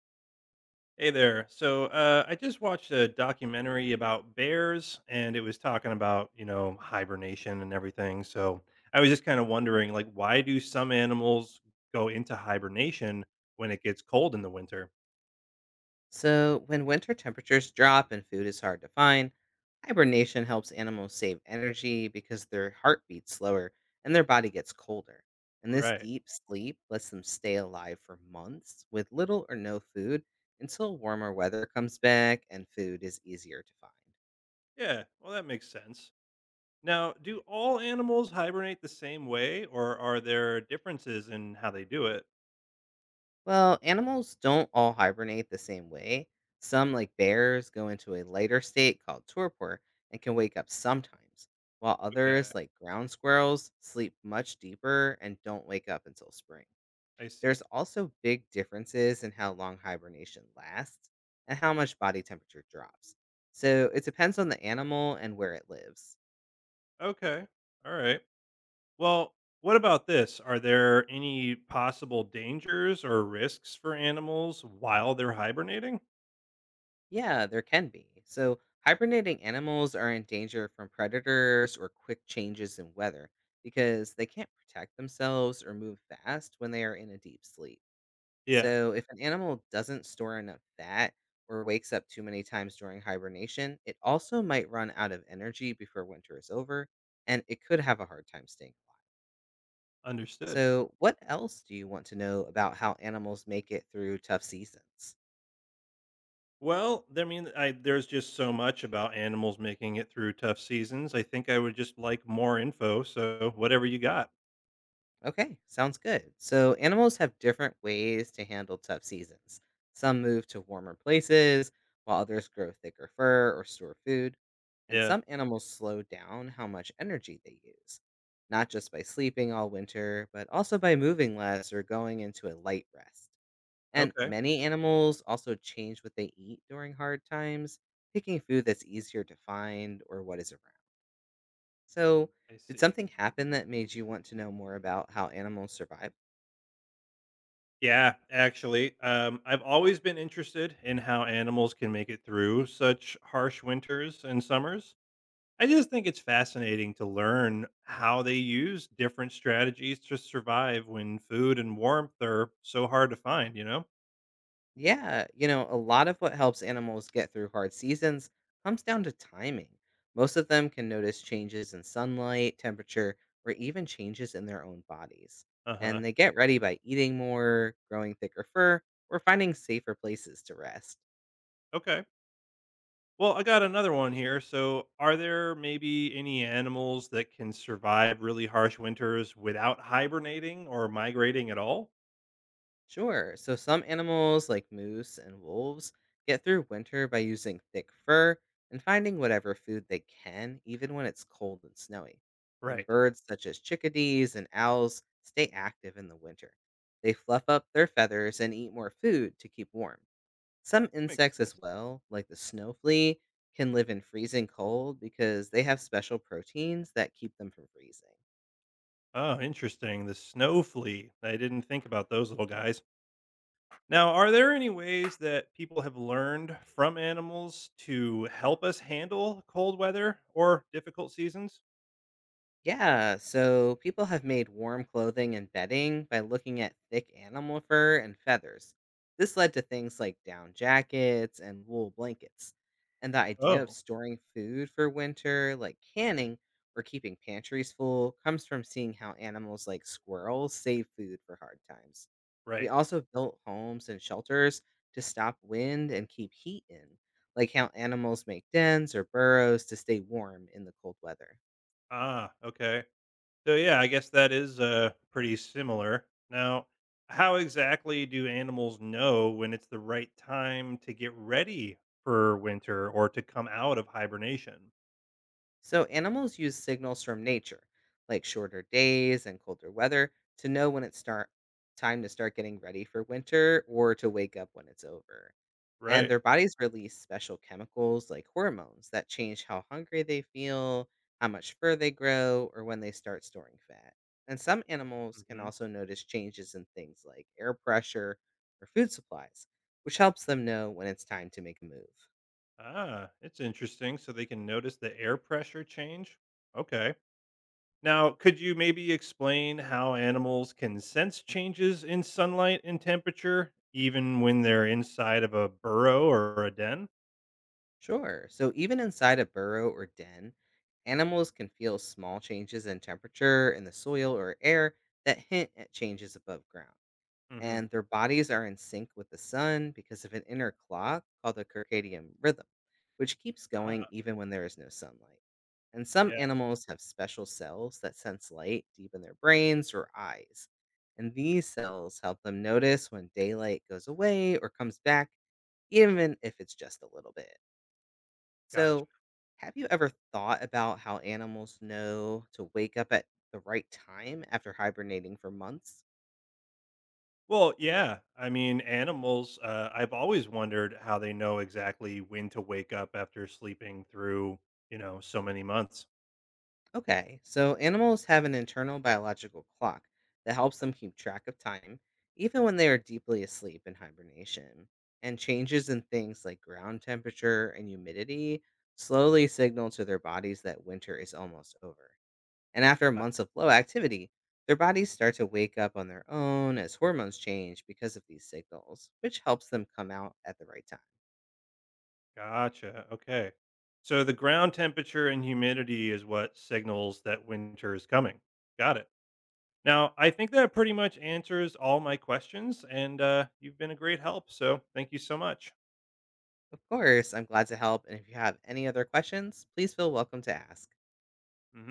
Hey there. I just watched a documentary about bears, and it was talking about hibernation and everything. So I was just kind of wondering, like, why do some animals go into hibernation when it gets cold in the winter? So, when winter temperatures drop and food is hard to find, hibernation helps animals save energy because their heart beats slower and their body gets colder. And this Right. deep sleep lets them stay alive for months with little or no food until warmer weather comes back and food is easier to find. Yeah. Well, that makes sense. Now, do all animals hibernate the same way, or are there differences in how they do it? Well, animals don't all hibernate the same way. Some, like bears, go into a lighter state called torpor and can wake up sometimes, while Okay. others, like ground squirrels, sleep much deeper and don't wake up until spring. I There's see. also big differences in how long hibernation lasts and how much body temperature drops. So it depends on the animal and where it lives. Okay. All right. Well, what about this? Are there any possible dangers or risks for animals while they're hibernating? Yeah, there can be. So, hibernating animals are in danger from predators or quick changes in weather because they can't protect themselves or move fast when they are in a deep sleep. Yeah, So, if an animal doesn't store enough fat or wakes up too many times during hibernation, it also might run out of energy before winter is over and it could have a hard time staying alive. understood. So, what else do you want to know about how animals make it through tough seasons? Well, I mean, there's just so much about animals making it through tough seasons. I think I would just like more info. So, whatever you got. Okay, sounds good. So, animals have different ways to handle tough seasons. Some move to warmer places, while others grow thicker fur or store food. And Yeah. some animals slow down how much energy they use, not just by sleeping all winter, but also by moving less or going into a light rest. And Okay. many animals also change what they eat during hard times, picking food that's easier to find or what is around. So, I did see. something happen that made you want to know more about how animals survive? Yeah, actually, I've always been interested in how animals can make it through such harsh winters and summers. I just think it's fascinating to learn how they use different strategies to survive when food and warmth are so hard to find, you know? Yeah, you know, a lot of what helps animals get through hard seasons comes down to timing. Most of them can notice changes in sunlight, temperature, or even changes in their own bodies. Uh huh. And they get ready by eating more, growing thicker fur, or finding safer places to rest. Okay. Well, I got another one here. So, are there maybe any animals that can survive really harsh winters without hibernating or migrating at all? Sure. So some animals, like moose and wolves, get through winter by using thick fur and finding whatever food they can, even when it's cold and snowy. And Right. birds such as chickadees and owls stay active in the winter. They fluff up their feathers and eat more food to keep warm. Some Makes insects, as sense. well, like the snow flea, can live in freezing cold because they have special proteins that keep them from freezing. Oh, interesting. The snow flea. I didn't think about those little guys. Now, are there any ways that people have learned from animals to help us handle cold weather or difficult seasons? Yeah, so people have made warm clothing and bedding by looking at thick animal fur and feathers. This led to things like down jackets and wool blankets. And the idea of Oh, storing food for winter, like canning or keeping pantries full, comes from seeing how animals like squirrels save food for hard times. We right. also built homes and shelters to stop wind and keep heat in, like how animals make dens or burrows to stay warm in the cold weather. Ah, okay. So, yeah, I guess that is pretty similar. Now, how exactly do animals know when it's the right time to get ready for winter or to come out of hibernation? So animals use signals from nature, like shorter days and colder weather, to know when it's start time to start getting ready for winter or to wake up when it's over. And Right. their bodies release special chemicals like hormones that change how hungry they feel, how much fur they grow, or when they start storing fat. And some animals can Hmm. also notice changes in things like air pressure or food supplies, which helps them know when it's time to make a move. Ah, it's interesting. So they can notice the air pressure change. Okay. Now, could you maybe explain how animals can sense changes in sunlight and temperature, even when they're inside of a burrow or a den? Sure. So even inside a burrow or den, animals can feel small changes in temperature in the soil or air that hint at changes above ground. Hmm. And their bodies are in sync with the sun because of an inner clock called the circadian rhythm, which keeps going Ah, even when there is no sunlight. And some yeah, animals have special cells that sense light deep in their brains or eyes. And these cells help them notice when daylight goes away or comes back, even if it's just a little bit. gotcha. So, have you ever thought about how animals know to wake up at the right time after hibernating for months? Well, yeah. I mean, I've always wondered how they know exactly when to wake up after sleeping through, you know, so many months. Okay, so animals have an internal biological clock that helps them keep track of time, even when they are deeply asleep in hibernation. And changes in things like ground temperature and humidity slowly signal to their bodies that winter is almost over. And after Ah, months of low activity, their bodies start to wake up on their own as hormones change because of these signals, which helps them come out at the right time. gotcha. Okay. So the ground temperature and humidity is what signals that winter is coming. Got it. Now, I think that pretty much answers all my questions, and you've been a great help. So, thank you so much. Of course, I'm glad to help. And if you have any other questions, please feel welcome to ask.